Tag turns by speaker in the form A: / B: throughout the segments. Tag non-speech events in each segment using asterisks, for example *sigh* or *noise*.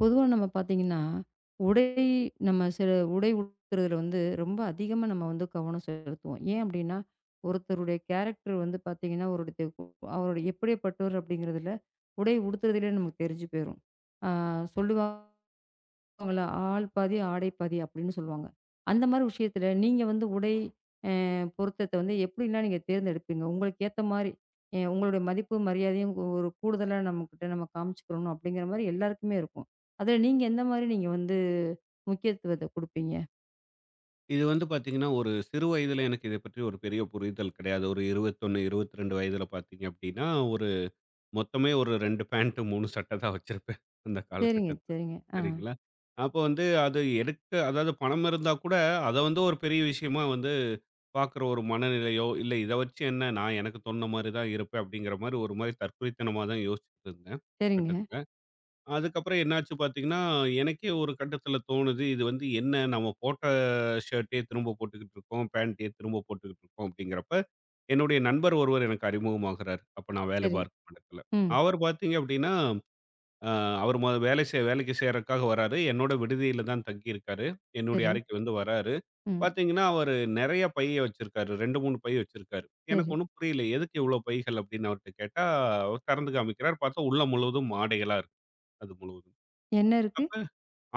A: பொதுவா நம்ம பார்த்தீங்கன்னா, உடை நம்ம சில உடை உடுத்துறதுல வந்து ரொம்ப அதிகமா நம்ம வந்து கவனம் செலுத்துவோம். ஏன் அப்டின்னா, ஒருத்தருடைய கேரக்டர் வந்து பார்த்தீங்கன்னா, அவருடைய அவருடைய எப்படியாப்பட்டவர் அப்படிங்கிறதுல, உடை உடுத்துறதிலே நமக்கு தெரிஞ்சு போயிரும். ஆ சொல்லுவா அவங்கள ஆள் பாதி, ஆடை பாதி அப்படின்னு சொல்லுவாங்க. அந்த மாரி விஷயத்துல நீங்க வந்து உடை அ பொருத்தத்த வந்து எப்படிலாம் நீங்க தேர்ந்தெடுப்பீங்க? உங்களுக்கு ஏத்த மாரி உங்களுடைய மதிப்பு, மரியாதையும் ஒரு கூடுதலா நம்மகிட்ட நம்ம காமிச்சுக்கிறணும் அப்படிங்கிற மாரி எல்லாருக்குமே இருக்கும். அதுல நீங்க எந்த மாரி வந்து முக்கியத்துவத்த குடுப்பீங்க?
B: இது வந்து பார்த்தீங்கன்னா, ஒரு சிறு வயதில எனக்கு இத பற்றி ஒரு பெரிய புரிதல் கிடையாது. ஒரு 21, 22 வயதில பார்த்தீங்க அப்டின்னா, ஒரு மொத்தமே ஒரு 2 பேண்ட் 3 சட்ட தான் வச்சிருப்பேன். அந்த
A: சரிங்க,
B: காலகட்டத்தில.
A: சரிங்க. ஆ.
B: சரிங்களா? அப்போ வந்து அது எடுக்க அதாவது பணம் இருந்தா கூட, அத வந்து ஒரு பெரிய விஷயமா வந்து பார்க்குற ஒரு மனநிலையோ, இல்ல இத வச்சு என்ன நான் எனக்கு தோணுன மாரி தான் இருப்பேன் அப்டிங்கிற மாரி ஒரு மாரி தற்குறித்தனமா தான் யோசிச்சுட்டு இருந்தேன்.
A: சரிங்க.
B: கட்டத்தில். அதுக்கப்புறம் என்னாச்சு பார்த்தீங்கன்னா, எனக்கே ஒரு கட்டத்தில தோணுது, இது வந்து என்ன நம்ம போட்ட ஷர்ட்டே திரும்ப போட்டுக்கிட்டு இருக்கோம், பேண்ட்டே திரும்ப போட்டுக்கிட்டு இருக்கோம் அப்படிங்கிறப்ப, என்னுடைய நண்பர் ஒருவர் எனக்கு அறிமுகமாகுறாரு. அப்ப நான் வேலை
A: சரி.
B: பார்க்கும் இடத்துல.
A: ம்.
B: அவர் பார்த்தீங்க அப்படின்னா, அ அவர் மொத வேலை செய் வேலைக்கு சேர்றதுக்காக வராரு. என்னோட விடுதியில தான் தங்கியிருக்காரு. என்னுடைய
A: சரி.
B: அறைக்கு வந்து வராரு.
A: ம்.
B: பார்த்தீங்கன்னா, அவரு நெறைய பைய வச்சிருக்காரு. 2, 3 பை வச்சிருக்காரு. எனக்கு
A: சரி.
B: ஒண்ணும் புரியல. எதுக்கு இவ்வளோ பைகள் அப்படின்னு அவர்ட்ட கேட்டா, அவர் திறந்து காமிக்கிறார். பார்த்தா உள்ள முழுவதும் ஆடைகளா இருக்கு. அது முழுவதும்.
A: என்ன இருக்கு?
B: அப்ப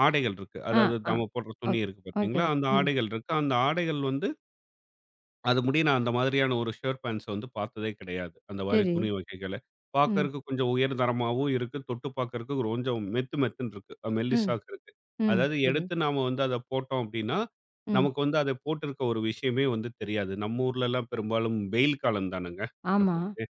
B: ஆடைகள் இருக்கு.
A: ஆ,
B: அதாவது
A: ஆ.
B: நம்ம போடுற துணி
A: ஓக்
B: இருக்கு
A: ஓகே,
B: பார்த்தீங்களா?
A: ஓகே.
B: அந்த
A: ம்.
B: ஆடைகள் இருக்கு. அந்த ஆடைகள் வந்து அது முடிய நான் அந்த மாதிரியான ஒரு ஷர்ட், பேண்ட்ஸ வந்து பார்த்ததே கிடையாது. அந்த மாரி
A: சரி.
B: துணி வகைகள.
A: ம்.
B: பார்க்கறக்கு கொஞ்சம் உயர் தரமாவும் இருக்கு. தொட்டு பார்க்கறக்கு கொஞ்சம் மெத்து மெத்துன்னு இருக்கு.
A: ம்.
B: மெல்லிசாக்கு இருக்கு.
A: ம்.
B: அதாவது
A: சரி.
B: எடுத்து நாம வந்து அத போட்டோம் அப்டின்னா,
A: ம்.
B: நமக்கு வந்து அத போட்டிருக்க ஒரு விஷயமே வந்து தெரியாது. நம்ம ஊர்லலாம் பெரும்பாலும் வெயில் காலம் தானங்க
A: ஆமா.
B: எப்பவுமே.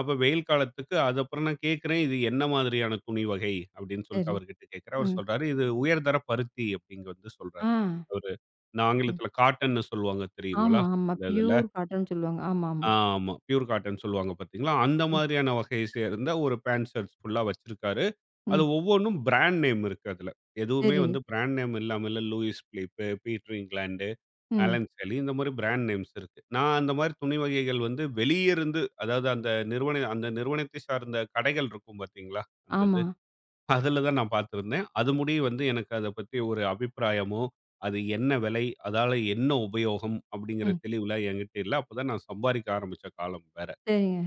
B: அப்ப வெயில் காலத்துக்கு அதுக்கப்புறம் நான் கேட்கிறேன், "இது என்ன மாதிரியான துணி வகை?" அப்படின்னு சொல்லிட்டு
A: சரி.
B: அவர்கிட்ட கேட்கிறேன். அவர்
A: ம்.
B: சொல்றாரு, "இது உயர்தர பருத்தி" அப்படின்னு வந்து சொல்றாரு.
A: ஆ.
B: அவரு இந்த
A: ம்.
B: ஆங்கிலத்தில காட்டன்னு சொல்லுவாங்க தெரியுங்களா?
A: ஆமா, ஆமா.
B: அந்த இதுல.
A: பியூர் காட்டன்னு சொல்லுவாங்க. ஆமா, ஆமா.
B: ஆமா. பியூர் காட்டன் சொல்லுவாங்க பார்த்தீங்களா? அந்த
A: ம்,
B: மாதிரியான வகையை சேர்ந்த ஒரு பேண்ட் ஷர்ட்ஸ் ஃபுல்லா வச்சிருக்காரு. அது
A: ம்.
B: ஒவ்வொன்னும் பிராண்ட் நேம் இருக்கு அதுல. எதுவுமே
A: சரி.
B: வந்து பிராண்ட் நேம் இல்லாம இல்ல லூயிஸ் பிலிப், பீட்டர் இங்கிலாந்து
A: ம்.
B: ஆலன் சாலி இந்த மாரி பிராண்ட் நேம்ஸ் இருக்கு. நான் அந்த மாரி துணி வகைகள் வந்து வெளியிருந்து அதாவது அந்த நிறுவனத்தை சார்ந்த கடைகள் இருக்கும் பார்த்தீங்களா? அந்த இது.
A: ஆமா.
B: அதுல தான் நான் பார்த்திருந்தேன். அது முடிய வந்து எனக்கு அத பத்தி ஒரு அபிப்பிராயமோ, அது என்ன விலை? அதால என்ன உபயோகம்? அப்படிங்கிற
A: ம்.
B: தெளிவுலாம் என்கிட்ட இல்ல. அப்பதான் நான் சம்பாரிக்க ஆரம்பிச்ச காலம் வேற.
A: சரிங்க.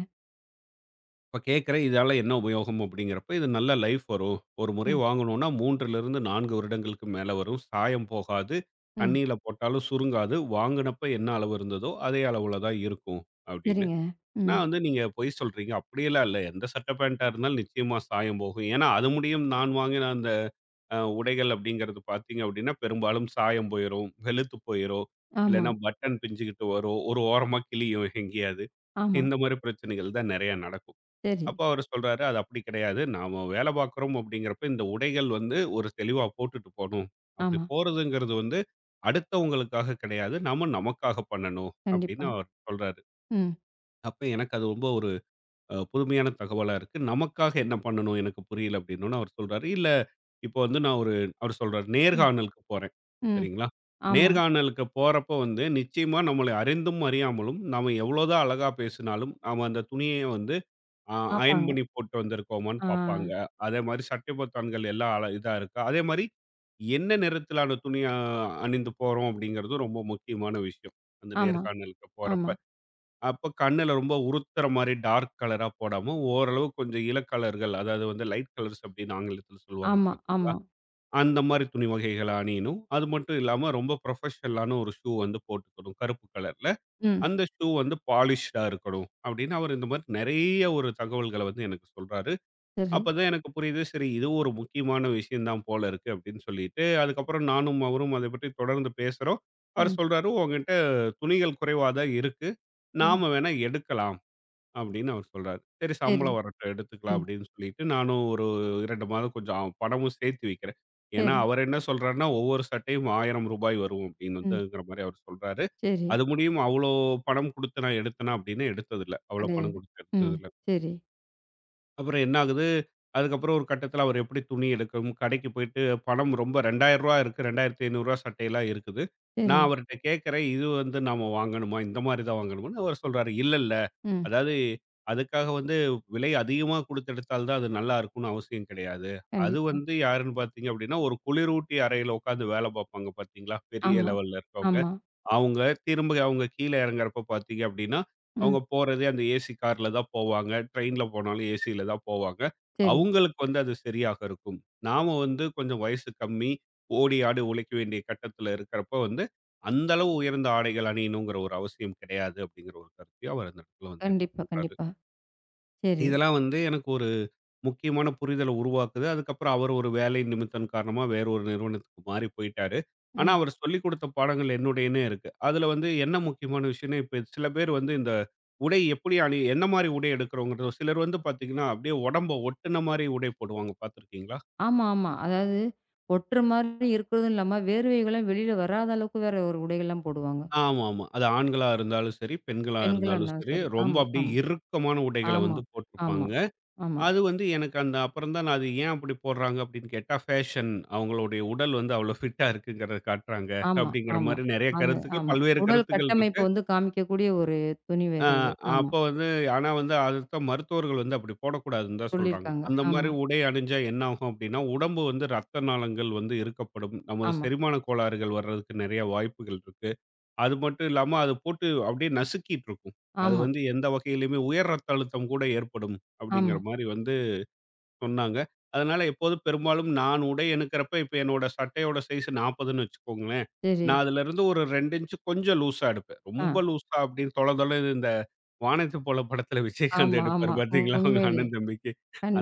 B: இப்ப கேட்கிறேன். இதால என்ன உபயோகம் அப்படிங்கிறப்ப, இது நல்ல லைஃப் வரும். ஒரு முறை
A: ம்,
B: வாங்குனோம்னா 3லிருந்து 4 வருடங்களுக்கு மேல வரும். சாயம் போகாது.
A: ம்.
B: தண்ணீல போட்டாலும் சுருங்காது. வாங்குனப்ப என்ன அளவு இருந்ததோ, அதே அளவுல தான் இருக்கும் அப்படின்னு.
A: சரிங்க. ம்.
B: நான் வந்து நீங்க பொய் சொல்றீங்க. அப்படியெல்லாம் இல்ல. எந்த சட்ட பேண்டா இருந்தாலும் நிச்சயமா சாயம் போகும். ஏன்னா அது முடியும் நான் வாங்கின அந்த உடைகள் அப்படிங்கிறது பார்த்தீங்க அப்படின்னா, பெரும்பாலும் சாயம் போயிரும், வெளுத்து போயிரும்.
A: ஆமா,
B: இல்லன்னா பட்டன் பிஞ்சுகிட்டு வரும். ஒரு ஓரமா கிழியும் எங்கேயாவது.
A: ஆமா.
B: இந்த மாரி பிரச்சனைகள் தான் நெறைய நடக்கும்.
A: சரி.
B: அப்ப அவரு சொல்றாரு, "அது அப்படி கிடையாது. நாம வேலை பார்க்குறோம் அப்படிங்கிறப்ப இந்த உடைகள் வந்து ஒரு தெளிவா போட்டுட்டு போணும். அப்படி
A: ஆமா.
B: போறதுங்கிறது வந்து அடுத்தவங்களுக்காக கிடையாது. நாம நமக்காக பண்ணணும்." அப்படின்னு
A: கண்டிப்பா.
B: அவர் சொல்றாரு.
A: ம்.
B: அப்ப எனக்கு அது ரொம்ப ஒரு புதுமையான தகவலா இருக்கு. நமக்காக என்ன பண்ணணும் எனக்கு புரியல அப்படின்னோன அவர் சொல்றாரு, "இல்ல இப்போ வந்து நான் ஒரு" அவர் சொல்றாரு,
A: ம்.
B: "நேர்காணலுக்கு போறேன்."
A: ம்.
B: சரிங்களா?
A: ஆமா.
B: நேர்காணலுக்கு போறப்ப வந்து நிச்சயமா நம்மளை அறிந்தும் அறியாமலும் நாம எவ்வளோதான் அழகா பேசினாலும் நாம அந்த துணிய வந்து ஆ அயர்ன்
A: பாப்பாங்க.
B: பண்ணி போட்டு வந்திருக்கோமான்னு
A: ஆ.
B: பார்ப்பாங்க. அதே மாரி சட்டை பொத்தான்கள் எல்லாம் அல இதா இருக்கா? அதே மாரி என்ன நிறத்திலான துணி அணிந்து போறோம் அப்படிங்கிறது ரொம்ப முக்கியமான விஷயம். அந்த
A: ஆமா,
B: நேர்காணலுக்கு போறப்ப.
A: ஆமா,
B: அப்ப கண்ணுல ரொம்ப உறுத்துற மாரி டார்க் கலரா போடாம, ஓரளவு கொஞ்சம் இள கலர்கள், அதாவது வந்து லைட் கலர்ஸ் அப்படின்னு ஆங்கிலத்தில சொல்லுவாங்க
A: ஆமா,
B: பார்த்தீங்களா?
A: ஆமா.
B: அந்த மாரி துணி வகைகள அணியணும். அது மட்டும் இல்லாம ரொம்ப ப்ரொஃபஷனலான ஒரு ஷூ வந்து போட்டுக்கணும். கருப்பு கலர்ல.
A: ம்.
B: அந்த ஷூ வந்து பாலிஷ்டா இருக்கணும் அப்படின்னு அவர் இந்த மாதிரி நிறைய ஒரு தகவல்கள வந்து எனக்கு சொல்றாரு.
A: சரி.
B: அப்பதான் எனக்கு புரியுது. சரி இதுவும் ஒரு முக்கியமான விஷயம் தான் போல இருக்கு அப்படின்னு சொல்லிட்டு, அதுக்கப்புறம் நானும் அவரும் அதைப் பற்றி தொடர்ந்து பேசுறோம். அவர்
A: ம்.
B: சொல்றாரு, "உன்கிட்ட துணிகள் குறைவா தான் இருக்கு.
A: ம்.
B: நாம வேணா எடுக்கலாம். அப்படின்னு அவர் சொல்றாரு. சரி
A: சரி.
B: சம்பளம் வரட்டும் எடுத்துக்கலாம்
A: ம்.
B: அப்படின்னு சொல்லிட்டு, நானும் ஒரு 2 மாதம் கொஞ்சம் பணமும் சேர்த்து வைக்கிறேன். ஏன்னா
A: சரி.
B: அவர் என்ன சொல்றாருன்னா, ஒவ்வொரு சட்டையும் ரூ. 1000 வரும் அப்படின்னு
A: ம்.
B: வந்துங்கிற மாரி அவர் சொல்றாரு.
A: சரி.
B: அது முடியும் அவ்வளோ பணம் குடுத்து நான் எடுத்தேனா அப்படின்னா எடுத்ததில்ல. அவ்வளோ பணம்
A: கிடையாது.
B: குடுத்து
A: ம்.
B: எடுத்ததில்ல.
A: சரி.
B: அப்புறம் என்ன ஆகுது, அதுக்கப்புறம் ஒரு கட்டத்தில அவர் எப்படி துணி எடுக்கும், கடைக்கு போயிட்டு பணம் ரொம்ப ரூ. 2000 இருக்கு. ரூ. 2500 சட்டையெல்லாம் இருக்குது.
A: சரி.
B: நான் ம். அவர்ட்ட கேட்கிறேன், இது வந்து நாம வாங்கணுமா? இந்த மாரி தான் வாங்கணுமான்னு அவர் சொல்றாரு, "இல்ல, இல்ல.
A: ம்.
B: அதாவது அதுக்காக வந்து விலை அதிகமா குடுத்து எடுத்தால் தான் அது நல்லா இருக்கும்னு அவசியம் கிடையாது. அது
A: கண்டிப்பா.
B: வந்து யாருன்னு பார்த்தீங்க அப்படின்னா, ஒரு குளிரூட்டி அறையில உட்கார்ந்து வேலை பார்ப்பாங்க பார்த்தீங்களா? பெரிய
A: ஆமா,
B: லெவல்ல இருக்கவங்க."
A: ஆமா.
B: அவங்க அவங்க கீழ இறங்குறப்ப பார்த்தீங்க அப்படின்னா,
A: ம்.
B: அவங்க போறதே அந்த ஏசி கார்ல தான் போவாங்க. ட்ரெயின்ல போனாலும் ஏசில தான் போவாங்க.
A: சரி.
B: அவங்களுக்கு வந்து அது சரியாக இருக்கும். நாம வந்து கொஞ்சம் வயசு கம்மி, ஓடி ஆடி உழைக்க வேண்டிய கட்டத்தில இருக்கிறப்ப வந்து, அந்த அளவு உயர்ந்த ஆடைகள் அணியணுங்கிற ஒரு அவசியம் கிடையாது அப்படிங்கிற ஒரு கருத்தையும் அவர் அந்த இடத்துல வந்து எனக்கு
A: கண்டிப்பா,
B: சொல்றாரு.
A: கண்டிப்பா. சரி.
B: இதெல்லாம் வந்து எனக்கு ஒரு முக்கியமான புரிதல உருவாக்குது. அதுக்கப்புறம் அவர் ஒரு வேலை நிமித்தம் காரணமா வேற ஒரு நிறுவனத்துக்கு மாறி போயிட்டாரு. ஆனா, ம்.
A: ம்.
B: அவர் சொல்லிக் குடுத்த பாடங்கள் என்னுடையன்னே இருக்கு. அதுல வந்து என்ன முக்கியமான விஷயம்னா, இப்ப சில பேர் வந்து இந்த உடை எப்படி அணி என்ன மாரி உடை எடுக்கிறோங்கிறது சிலர் வந்து பார்த்தீங்கன்னா, அப்படியே உடம்ப ஒட்டுன மாரி உடை போடுவாங்க பார்த்துருக்கீங்களா?
A: ஆமா, ஆமா. அதாவது ஒட்டுற மாரி இருக்கிறதும் இல்லாம, வேர்வைகள்லாம் வெளியில வராத அளவுக்கு வேற ஒரு உடைகள்லாம் போடுவாங்க.
B: ஆமாமா. அது ஆண்களா இருந்தாலும் சரி, பெண்களா
A: பெண்களா
B: இருந்தாலும்
A: இருந்தாலும்
B: சரி,
A: சரி.
B: ரொம்ப
A: ஆமா,
B: அப்படியே
A: ஆமா,
B: இறுக்கமான உடைகள
A: ஆமா,
B: வந்து
A: ஆமா,
B: போட்டிருப்பாங்க.
A: ஆமா,
B: அது வந்து எனக்கு அந்த அப்புறம் தான் நான் அது ஏன் அப்படி போடுறாங்க அப்படின்னு கேட்டா, ஃபேஷன் அவங்களுடைய உடல் வந்து அவ்வளோ ஃபிட்டா இருக்குங்கிறத காட்டுறாங்க.
A: ஆமா,
B: அப்படிங்கிற
A: ஆமா.
B: மாரி நெறைய
A: அது
B: கருத்துக்கள்,
A: ஆமா.
B: பல்வேறு
A: உடல்
B: கருத்துக்கள் இருக்கு.
A: கட்டமைப்ப வந்து காமிக்கக்கூடிய ஒரு துணி
B: அ
A: வகைகள். ஆமா.
B: அப்போ வந்து ஆனா வந்து அதுதான் மருத்துவர்கள் வந்து அப்படி போடக்கூடாதுன்னு தான் சொல்றாங்க.
A: சொல்லியிருக்காங்க.
B: அந்த மாரி
A: ஆமா,
B: உடை அணிஞ்சா என்ன ஆகும் அப்படின்னா, உடம்பு வந்து ரத்த நாளங்கள் வந்து இருக்கப்படும். நமது
A: ஆமா,
B: செரிமான கோளாறுகள் வர்றதுக்கு நெறைய வாய்ப்புகள் இருக்கு. அது மட்டும் இல்லாம அது போட்டு அப்படியே நசுக்கிட்டு இருக்கும். அது
A: ஆமா,
B: வந்து எந்த வகையிலயுமே உயர் ரத்த அழுத்தம் கூட ஏற்படும் அப்படிங்கிற
A: ஆமா.
B: மாரி வந்து சொன்னாங்க. அதனால எப்போதும் பெரும்பாலும் நான் உடை எடுக்கிறப்ப, இப்ப என்னோட சட்டையோட சைஸ் 40ன்னு வச்சுக்கோங்களேன்.
A: சரி.
B: நான் அதிலிருந்து ஒரு 2 இன்ச் கொஞ்சம் லூஸா எடுப்பேன்.
A: ஆ.
B: ரொம்ப லூஸா அப்படின்னு தொல தொலன்னு இந்த வானத்தை போல படத்துல விஜயகாந்த்
A: ஆமா,
B: எடுப்பாரு
A: ஆமா.
B: பார்த்தீங்களா? அவங்க
A: உண்மையிலேயே.
B: அண்ணன் தம்பிக்கு.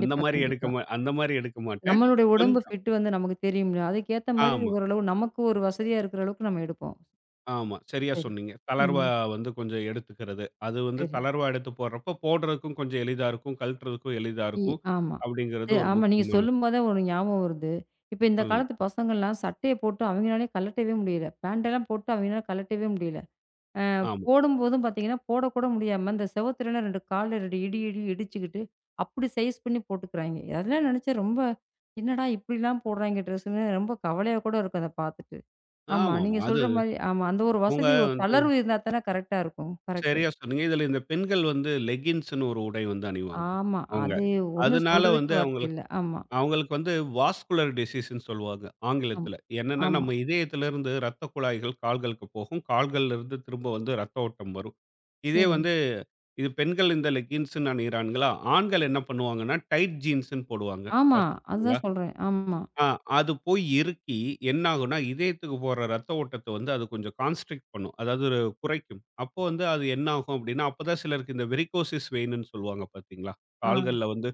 B: அந்த மாரி எடுக்க
A: கண்டிப்பா.
B: மா அந்த மாரி எடுக்க மாட்டேன்.
A: நம்மளுடைய உடம்பு
B: கொஞ்சம்
A: ஃபிட் வந்து நமக்கு தெரியும்ல. அதுக்கேத்த மாரி
B: ஆமா,
A: ஓரளவு நமக்கு ஒரு வசதியா இருக்கிற அளவுக்கு நம்ம எடுப்போம்.
B: ஆமா. சரியா
A: சரி.
B: சொன்னீங்க.
A: ம்.
B: தளர்வா வந்து கொஞ்சம் எடுத்துக்கிறது. அது வந்து
A: சரி.
B: தளர்வா எடுத்து போடுறப்ப போடுறதுக்கும் கொஞ்சம் எளிதா இருக்கும். கழட்டுறதுக்கும் எளிதா
A: இ
B: இருக்கும்.
A: ஆமா.
B: அப்படிங்கிறது
A: இது
B: ஒரு
A: ஆமா நீங்க
B: முக்கியமான
A: சொல்லும்போதே ஒரு ஞாபகம் வருது. இப்ப இந்த
B: சொல்லுங்க.
A: காலத்து பசங்கள்லாம் சட்டைய போட்டு அவங்கனாலே கழட்டவே முடியல. பேண்ட் எல்லாம் போட்டு அவங்கனால கழட்டவே முடியல.
B: ஆமா,
A: போடும்போதும் பார்த்தீங்கன்னா, போடக்கூட முடியாம இந்த செவுத்துலலாம் 2 கால்ல 2 இடி இடிச்சுக்கிட்டு, அப்படி சைஸ் பண்ணி போட்டுக்கிறாய்ங்க. அதெல்லாம் நினைச்சா ரொம்ப, என்னடா இப்படிலாம் போடுறாய்ங்க ட்ரெஸ்ஸுன்னு ரொம்ப கவலையா கூட இருக்கும் அத பார்த்துட்டு. ஆமா
B: ஆமாமா.
A: நீங்க
B: அது
A: சொல்ற மாரி ஆமா அந்த ஒரு
B: அவங்க
A: வசதி ஒரு
B: வந்து
A: தளர்வு இருந்தா தானே கரெக்ட்டா இருக்கும். கரெக்ட்டு.
B: சரியா சொன்னீங்க. இதுல இந்த பெண்கள் வந்து லெகின்ஸ்ன்னு ஒரு உடை வந்து அணிவாங்க,
A: ஆமா.
B: அவங்க.
A: அது ஒண்ணும்
B: அதனால
A: சொல்றதுக்கு
B: வந்து
A: வார்த்தை
B: அவங்களுக்கு
A: இல்ல. ஆமா.
B: அவங்களுக்கு வந்து வாஸ்குலர் டிசீஸ்ன்னு சொல்லுவாங்க
A: ஆமா.
B: ஆங்கிலத்துல. என்னன்னா
A: ஆமா.
B: நம்ம இதயத்திலிருந்து ரத்த குழாய்கள் கால்களுக்கு போகும். கால்கள்ல இருந்து திரும்ப வந்து ரத்த ஓட்டம் வரும். இதே
A: சரி.
B: வந்து இது பெண்கள் இந்த லெகின்ஸ்ன்னு அணியிறான்களா, ஆண்கள் என்ன பண்ணுவாங்கன்னா டைட் ஜீன்ஸ்ன்னு போடுவாங்க.
A: ஆமா.
B: பார்த்திருக்கீங்களா?
A: அதுதான் சொல்றேன். ஆமா.
B: ஆ அது போய் இறுக்கி என்ன ஆகும்னா, இதயத்துக்கு போற ரத்த ஓட்டத்த வந்து அது கொஞ்சம் கான்ஸ்ட்ரிக்ட் பண்ணும். அதாவது ஒரு குறைக்கும். அப்போ வந்து அது என்ன ஆகும் அப்டின்னா, அப்பதான் சிலருக்கு இந்த வெரிகோசிஸ் வெயின்னு சொல்லுவாங்க பார்த்தீங்களா?
A: ஆ.
B: கால்கள்ல வந்து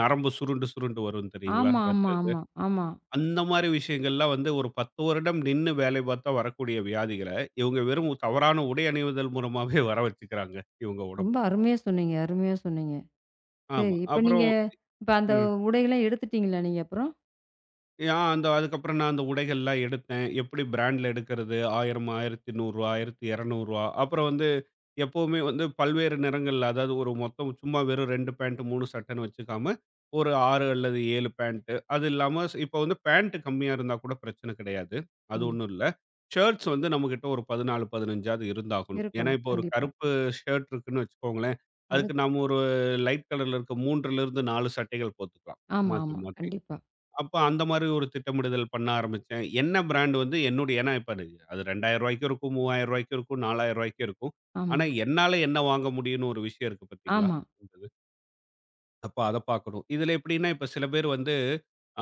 B: நரம்பு சுருண்டு சுருண்டு வரும் தெரியுங்களா?
A: ஆமா, ஆமா,
B: ரத்த இது.
A: ஆமா, ஆமா.
B: அந்த மாரி விஷயங்கள்லாம் வந்து ஒரு 10 வருடம் நின்னு வேலை பார்த்தா வரக்கூடிய வியாதிகள, இவங்க வெறும் தவறான உடை அணிவதல் மூலமாவே *laughs* வர வச்சுக்கிறாங்க. இவங்க
A: ரொம்ப
B: உடம்புக்கு.
A: அருமையா சொன்னீங்க, அருமையா சொன்னீங்க.
B: ஆமா.
A: சரி.
B: அப்புறம்
A: இப்ப அந்த
B: ம்.
A: உடையெல்லாம் எடுத்துட்டீங்களா நீங்க அப்புறம்?
B: அந்த அதுக்கப்புறம் நான் அந்த உடைகள்லாம் எடுத்தேன். எப்படி பிராண்ட்ல எடுக்கிறது? 1000 ரூ. 1100 1200 அப்புறம் வந்து எப்பவுமே வந்து பல்வேறு நிறங்கள்ல அதாவது ஒரு மொத்தம் சும்மா வெறும் 2 பேண்ட் 3 சட்டைன்னு வச்சுக்காம, ஒரு 6 அல்லது 7 பேண்ட். அது இல்லாம இப்ப வந்து பேண்ட் கம்மியா இருந்தா கூட பிரச்சனை கிடையாது. அது
A: ம்.
B: ஒண்ணும் இல்ல. ஷர்ட்ஸ் வந்து நம்மகிட்ட ஒரு 14, 15ஆவது இருந்தாகணும். ஏன்னா
A: இருக்கணும்.
B: இப்போ ஒரு
A: கண்டிப்பா.
B: கருப்பு ஷர்ட் இருக்குன்னு வச்சுக்கோங்களேன், அதுக்கு
A: அதுக்கு
B: நாம ஒரு லைட் கலர்ல இருக்க 3லிருந்து 4 சட்டைகள் போட்டுக்கலாம்.
A: ஆமா,
B: மாத்தி
A: ஆமா.
B: மாத்தி.
A: கண்டிப்பா.
B: அப்ப அந்த மாரி ஒரு திட்டமிடுதல் பண்ண ஆரம்பிச்சேன். என்ன பிராண்ட் வந்து என்னுடைய ஏன்னா இப்ப அது ரூ. 2000க்கும் இருக்கும், ரூ. 3000க்கும் இருக்கும், ரூ. 4000க்கும் இருக்கும்.
A: ஆமா,
B: ஆனா என்னால என்ன வாங்க முடியும்னு ஒரு விஷயம் இருக்கு பார்த்தீங்களா?
A: ஆமா,
B: இருந்தது. அப்ப அத பார்க்கணும். இதுல எப்படின்னா, இப்ப சில பேர் வந்து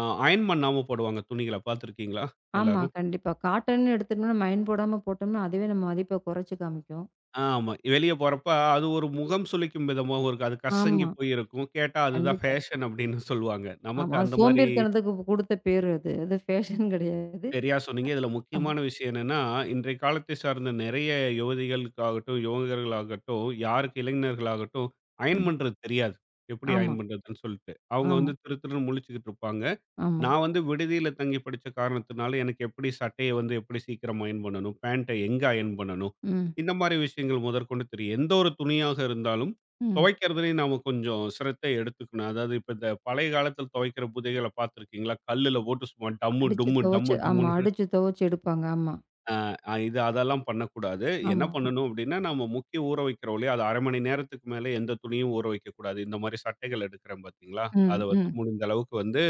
B: அயர்ன் பண்ணாம போடுவாங்க துணிகள பார்த்திருக்கீங்களா
A: ஆமா.
B: எல்லாரும்?
A: கண்டிப்பா. காட்டன்னு எடுத்துட்டோம்னா, நம்ம அயன் போடாம போட்டோம்னா, அதுவே நம்ம மதிப்ப குறைச்சு காமிக்கும்.
B: ஆமா. வெளிய போறப்ப அது ஒரு முகம் சுளிக்கும் விதமாவும் இருக்கும். அது கசங்கி
A: ஆமா.
B: போய் இருக்கும். கேட்டா அதுதான்
A: கண்டிப்பா.
B: ஃபேஷன் அப்படின்னு சொல்லுவாங்க.
A: ஆமா.
B: நமக்கு
A: அது
B: அந்த மாரி
A: சோம்பேறித்தனத்துக்கு குடுத்த பேரு அது. அது ஃபேஷன் கிடையாது.
B: சரியா சொன்னீங்க. இதுல
A: ஆமா.
B: முக்கியமான விஷயம் என்னன்னா, இன்றைய காலத்தை சார்ந்த நிறைய யுவதிகளுக்காகட்டும், யுவங்கர்களாகட்டும், யாருக்கு இளைஞர்களாகட்டும், அயர்ன்
A: ம்.
B: பண்றது தெரியாது. எப்படி
A: ஆமா,
B: அயர்ன் பண்றதுன்னு சொல்லிட்டு. அவங்க
A: ஆமா,
B: வந்து திரு திருன்னு முழிச்சுக்கிட்டு இருப்பாங்க.
A: ஆமா.
B: நான் வந்து விடுதியில தங்கி படிச்ச காரணத்தினால, எனக்கு எப்படி சட்டைய வந்து எப்படி சீக்கிரம் அயர்ன் பண்ணணும்? பேண்ட்ட எங்க அயர்ன் பண்ணணும்?
A: ம்,
B: இந்த மாரி விஷயங்கள் முதற்கொண்டு தெரியும். எந்த ஒரு துணியாக இருந்தாலும்,
A: ம்.
B: துவைக்கிறதுலயும் நாம கொஞ்சம் சிரத்தை எடுத்துக்கணும். அதாவது இப்ப இந்த பழைய காலத்துல துவைக்கிற புதைகள பார்த்திருக்கீங்களா? கல்லுல போட்டு சும்மா டம்மு,
A: அடிச்சு
B: டும்மு,
A: துவச்சு
B: டம்மு,
A: ஆமா.
B: டும்முன்னு
A: அடிச்சு துவச்சு எடுப்பாங்க. ஆமா,
B: அ அ இது அதெல்லாம் பண்ணக்கூடாது. என்ன
A: ஆமா.
B: பண்ணணும் அப்டின்னா, நம்ம முக்கி ஊற வைக்கிறோம் இல்லையா? அது ½ மணி நேரத்துக்கு மேல எந்த துணியும் ஊற வைக்கக்கூடாது. இந்த மாரி சட்டைகள் எடுக்கிறேன் பார்த்தீங்களா? அத
A: ம்,
B: வந்து
A: ம்,
B: முடிந்த அளவுக்கு வந்து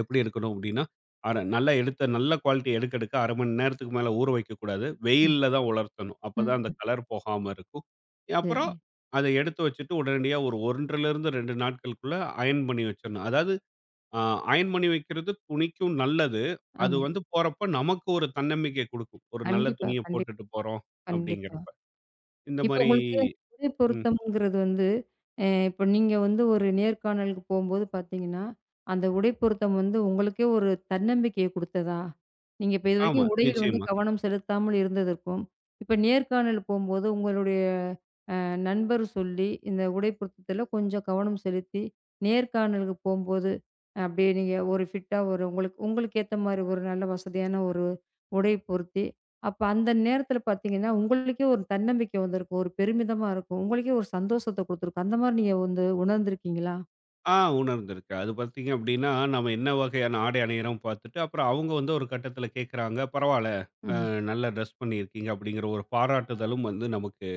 B: எப்டி எடுக்கணும் அப்டின்னா, நல்லா நல்ல குவாலிட்டி எடுக்க ½ மணி நேரத்துக்கு மேல ஊற வைக்கக்கூடாது.
A: ம்,
B: வெயில்ல தான் உலர்த்தணும். அப்பதான்
A: ம்.
B: அந்த கலர் போகாம இருக்கும். அப்புறம்
A: சரிங்க.
B: அத எடுத்து வச்சுட்டு உடனடியா ஒரு 1 ½ நாட்களுக்குள்ள அயர்ன் பண்ணி வச்சுரணும். அதாவது ஆ அயர்ன் பண்ணி வைக்கிறது துணிக்கும் நல்லது. அது
A: ஆமா.
B: வந்து போறப்ப நமக்கு ஒரு தன்னம்பிக்கை குடுக்கும். ஒரு நல்ல
A: கண்டிப்பா,
B: துணிய போட்டுட்டு போறோம்
A: கண்டிப்பா.
B: அப்படிங்கிறப்ப. இந்த
A: இப்ப
B: மாரி
A: உங்களுக்கு ஒரே
B: ம்.
A: பொருத்தம்ங்கிறது வந்து, இப்ப நீங்க வந்து ஒரு நேர்காணலுக்கு போம்போது பார்த்தீங்கன்னா, அந்த உடை பொருத்தம் வந்து உங்களுக்கே ஒரு தன்னம்பிக்கைய குடுத்ததா? நீங்க இப்ப
B: ஆமா,
A: இதுவரைக்கும் உடையில் வந்து
B: நிச்சயமா.
A: கவனம் செலுத்தாமல் இருந்ததற்கும், இப்ப நேர்காணல் போம்போது உங்களுடைய நண்பர் சொல்லி, இந்த உடை பொருத்தத்தில கொஞ்சம் கவனம் செலுத்தி, நேர்காணலுக்கு போம்போது, அப்படியே நீங்க ஒரு ஃபிட்டா ஒரு உங்களுக்கு உங்களுக்கு ஏத்த மாரி ஒரு நல்ல வசதியான ஒரு உடை பொருத்தி, அப்ப அந்த நேரத்தில பார்த்தீங்கன்னா, உங்களுக்கே ஒரு தன்னம்பிக்கை வந்திருக்கும். ஒரு பெருமிதமா இருக்கும். உங்களுக்கே ஒரு சந்தோஷத்த குடுத்துருக்கும். அந்த மாரி நீங்க வந்து உணர்ந்திருக்கீங்களா?
B: ஆ உணர்ந்திருக்கு. அது பார்த்தீங்க அப்படின்னா, நம்ம என்ன வகையான ஆடை அணியிறோம் பார்த்துட்டு, அப்புறம் அவங்க வந்து ஒரு கட்டத்தில கேட்கறாங்க. பரவால்ல,
A: ம்.
B: நல்லா டிரெஸ் பண்ணியிருக்கீங்க அப்படிங்கிற ஒரு பாராட்டுதலும் வந்து நமக்கு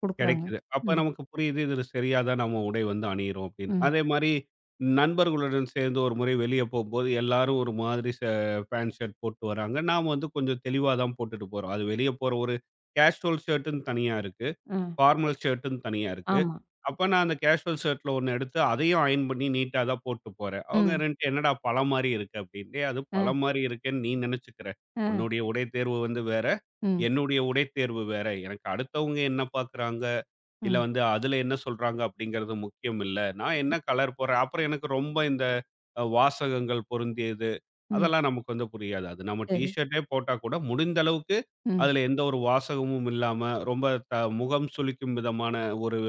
A: குடுக்குறாங்க.
B: கிடைக்குது. அப்ப
A: ம்.
B: நமக்கு புரியுது, இது சரியா தான் நம்ம உடை வந்து அணியிறோம் அப்படின்னு.
A: ம்.
B: அதே மாரி நண்பர்களுடன் சேர்ந்து ஒரு முறை வெளிய போம்போது, எல்லாரும் ஒரு மாதிரி பேண்ட் ஷர்ட் போட்டு வராங்க. நாம வந்து கொஞ்சம் தெளிவா தான் போட்டுட்டு போறோம். அது வெளிய போற ஒரு கேஷுவல் ஷர்ட்டுன்னு தனியா இருக்கு.
A: ஆ.
B: ஃபார்மல் ஷர்ட்டுன்னு தனியா இருக்கு.
A: ஆமா.
B: அப்ப நான் அந்த கேஷுவல் ஷர்ட்ல ஒண்ணு எடுத்து, அதையும் அயர்ன் பண்ணி நீட்டா தான் போட்டு போறேன். அவங்க
A: ம்.
B: 2 "என்னடா பழ மாரி இருக்கு" அப்படின்னு. "டேய் அது பழ
A: அ.
B: மாரி இருக்கேன்னு நீ நெனச்சுக்கிற.
A: அ.
B: உன்னுடைய உடை தேர்வு வந்து வேற,
A: ம்.
B: என்னுடைய உடை தேர்வு வேற. எனக்கு அடுத்தவங்க என்ன பாக்குறாங்க?" இல்ல
A: ம்.
B: வந்து அதுல என்ன சொல்றாங்க அப்படிங்கிறது முக்கியம் இல்ல. நான் என்ன கலர் போடுறேன். அப்புறம் எனக்கு ரொம்ப இந்த வாசகங்கள் பொருந்தியது,
A: ம்.
B: அதெல்லாம் நமக்கு வந்து புரியாது. அது நம்ம டீ
A: சரி.
B: ஷர்ட்டே போட்டா கூட முடிந்த அளவுக்கு
A: ம்.
B: அதுல எந்த ஒரு வாசகமும் இல்லாம, ரொம்ப த முகம் சுளிக்கும் விதமான ஒரு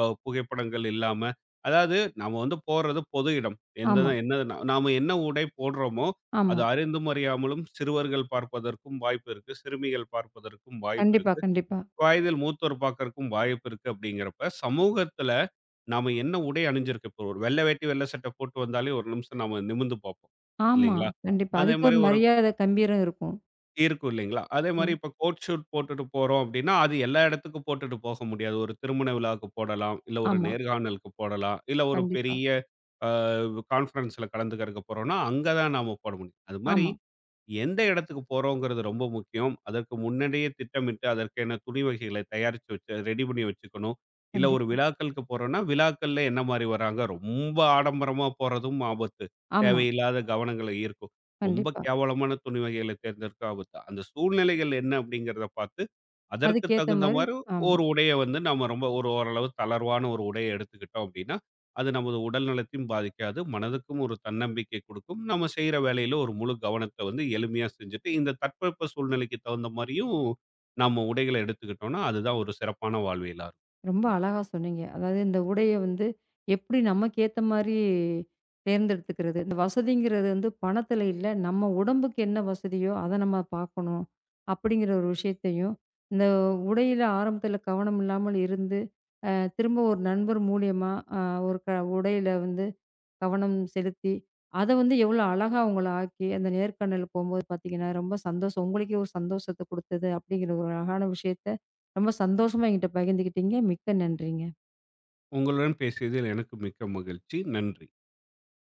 B: புகைப்படங்கள் இல்லாம, அதாவது நாம வந்து போறது பொது இடம். எந்த
A: ஆமா.
B: என்ன நாம என்ன உடை போடுறோமோ,
A: ஆமா.
B: அது அறிந்தும் அறியாமலும் சிறுவர்கள் பார்ப்பதற்கும் வாய்ப்பு இருக்கு. சிறுமிகள் பார்ப்பதற்கும் வாய்ப்பு
A: கண்டிப்பா,
B: இருக்கு.
A: கண்டிப்பா.
B: வயதில் மூத்தோர் பார்க்கறக்கும் வாய்ப்பு இருக்கு அப்படிங்கிறப்ப, சமூகத்துல நாம என்ன உடை அணிஞ்சிருக்கு? இப்போ ஒரு வெள்ளை வேட்டி, வெள்ளை சட்டை போட்டு வந்தாலே ஒரு நிமிஷம் நாம நிமிர்ந்து பார்ப்போம்.
A: ஆமா.
B: இல்லைங்களா?
A: கண்டிப்பா.
B: அதே
A: அதுக்கு
B: மாரி
A: ஒரு
B: ஒரு
A: மரியாதை கம்பீரம் இருக்கும்.
B: இருக்கும் இல்லைங்களா? அதே மாரி
A: ம்.
B: இப்ப கோட் ஷூட் போட்டுட்டு போறோம் அப்படின்னா, அது எல்லா இடத்துக்கும் போட்டுட்டு போக முடியாது. ஒரு திருமண விழாவுக்கு போடலாம், இல்ல ஒரு
A: ஆமா.
B: நேர்காணலுக்கு போடலாம், இல்ல ஒரு
A: கண்டிப்பா.
B: பெரிய அ கான்ஃபரன்ஸ்ல கலந்துக்கிறதுக்கு போறோம்னா, அங்க தான் நாம போட முடியும். அது மாரி
A: ஆமா.
B: எந்த இடத்துக்கு போறோங்கிறது ரொம்ப முக்கியம். அதற்கு முன்னாடியே திட்டமிட்டு, அதற்கான துணி வகைகளை தயாரிச்சு வச்சு ரெடி பண்ணி வச்சுக்கணும். இல்ல ஒரு
A: கண்டிப்பா.
B: விழாக்களுக்கு போறோம்னா, விழாக்கள்ல என்ன மாரி வராங்க? ரொம்ப ஆடம்பரமா போறதும் ஆபத்து.
A: ஆமா.
B: தேவையில்லாத கவனங்கள ஈர்க்கும். ரொம்ப
A: கண்டிப்பா.
B: கேவலமான துணி வகைகளை தேர்ந்தெடுக்க ஆபத்து. அந்த சூழ்நிலைகள் என்ன அப்படிங்கிறத பார்த்து, அதற்கு
A: அதுக்கேத்த
B: தகுந்த
A: மாரி
B: மாரி
A: ஆமா.
B: ஒரு உடைய வந்து நம்ம ரொம்ப ஒரு ஓரளவு தளர்வான ஒரு உடைய எடுத்துக்கிட்டோம் அப்படின்னா, அது நமது உடல் நலத்தையும் பாதிக்காது. மனதுக்கும் ஒரு தன்னம்பிக்கை குடுக்கும். நம்ம செய்ற வேலையில ஒரு முழு கவனத்த வந்து எளிமையா செஞ்சுட்டு, இந்த தட்பவெப்ப சூழ்நிலைக்கு தகுந்த மாரியும் நம்ம உடைகள எடுத்துக்கிட்டோம்னா, அதுதான் ஒரு சிறப்பான வாழ்வியலா இருக்கும்.
A: ரொம்ப அழகா சொன்னீங்க. அதாவது இந்த உடைய வந்து எப்படி நமக்கு ஏத்த மாரி தேர்ந்தெடுத்துக்கிறது. இந்த வசதிங்கிறது வந்து பணத்தில இல்ல. நம்ம உடம்புக்கு என்ன வசதியோ அத நம்ம பார்க்கணும். அப்படிங்கிற ஒரு விஷயத்தையும், இந்த உடையில ஆரம்பத்தில கவனம் இல்லாமல் இருந்து, அ திரும்ப ஒரு நண்பர் மூலியமா அ ஒரு உடையில வந்து கவனம் செலுத்தி, அத வந்து எவ்வளோ அழகா அவங்கள ஆக்கி, அந்த நேர்காணல் போம்போது பார்த்தீங்கன்னா, ரொம்ப சந்தோஷம். உங்களுக்கே ஒரு சந்தோஷத்த குடுத்தது, அப்படிங்கிற ஒரு அழகான விஷயத்த ரொம்ப சந்தோஷமா என்கிட்ட பகிர்ந்துக்கிட்டீங்க. மிக்க நன்றி.
B: உங்களுடன் பேசியதில் எனக்கு மிக்க மகிழ்ச்சி. நன்றி.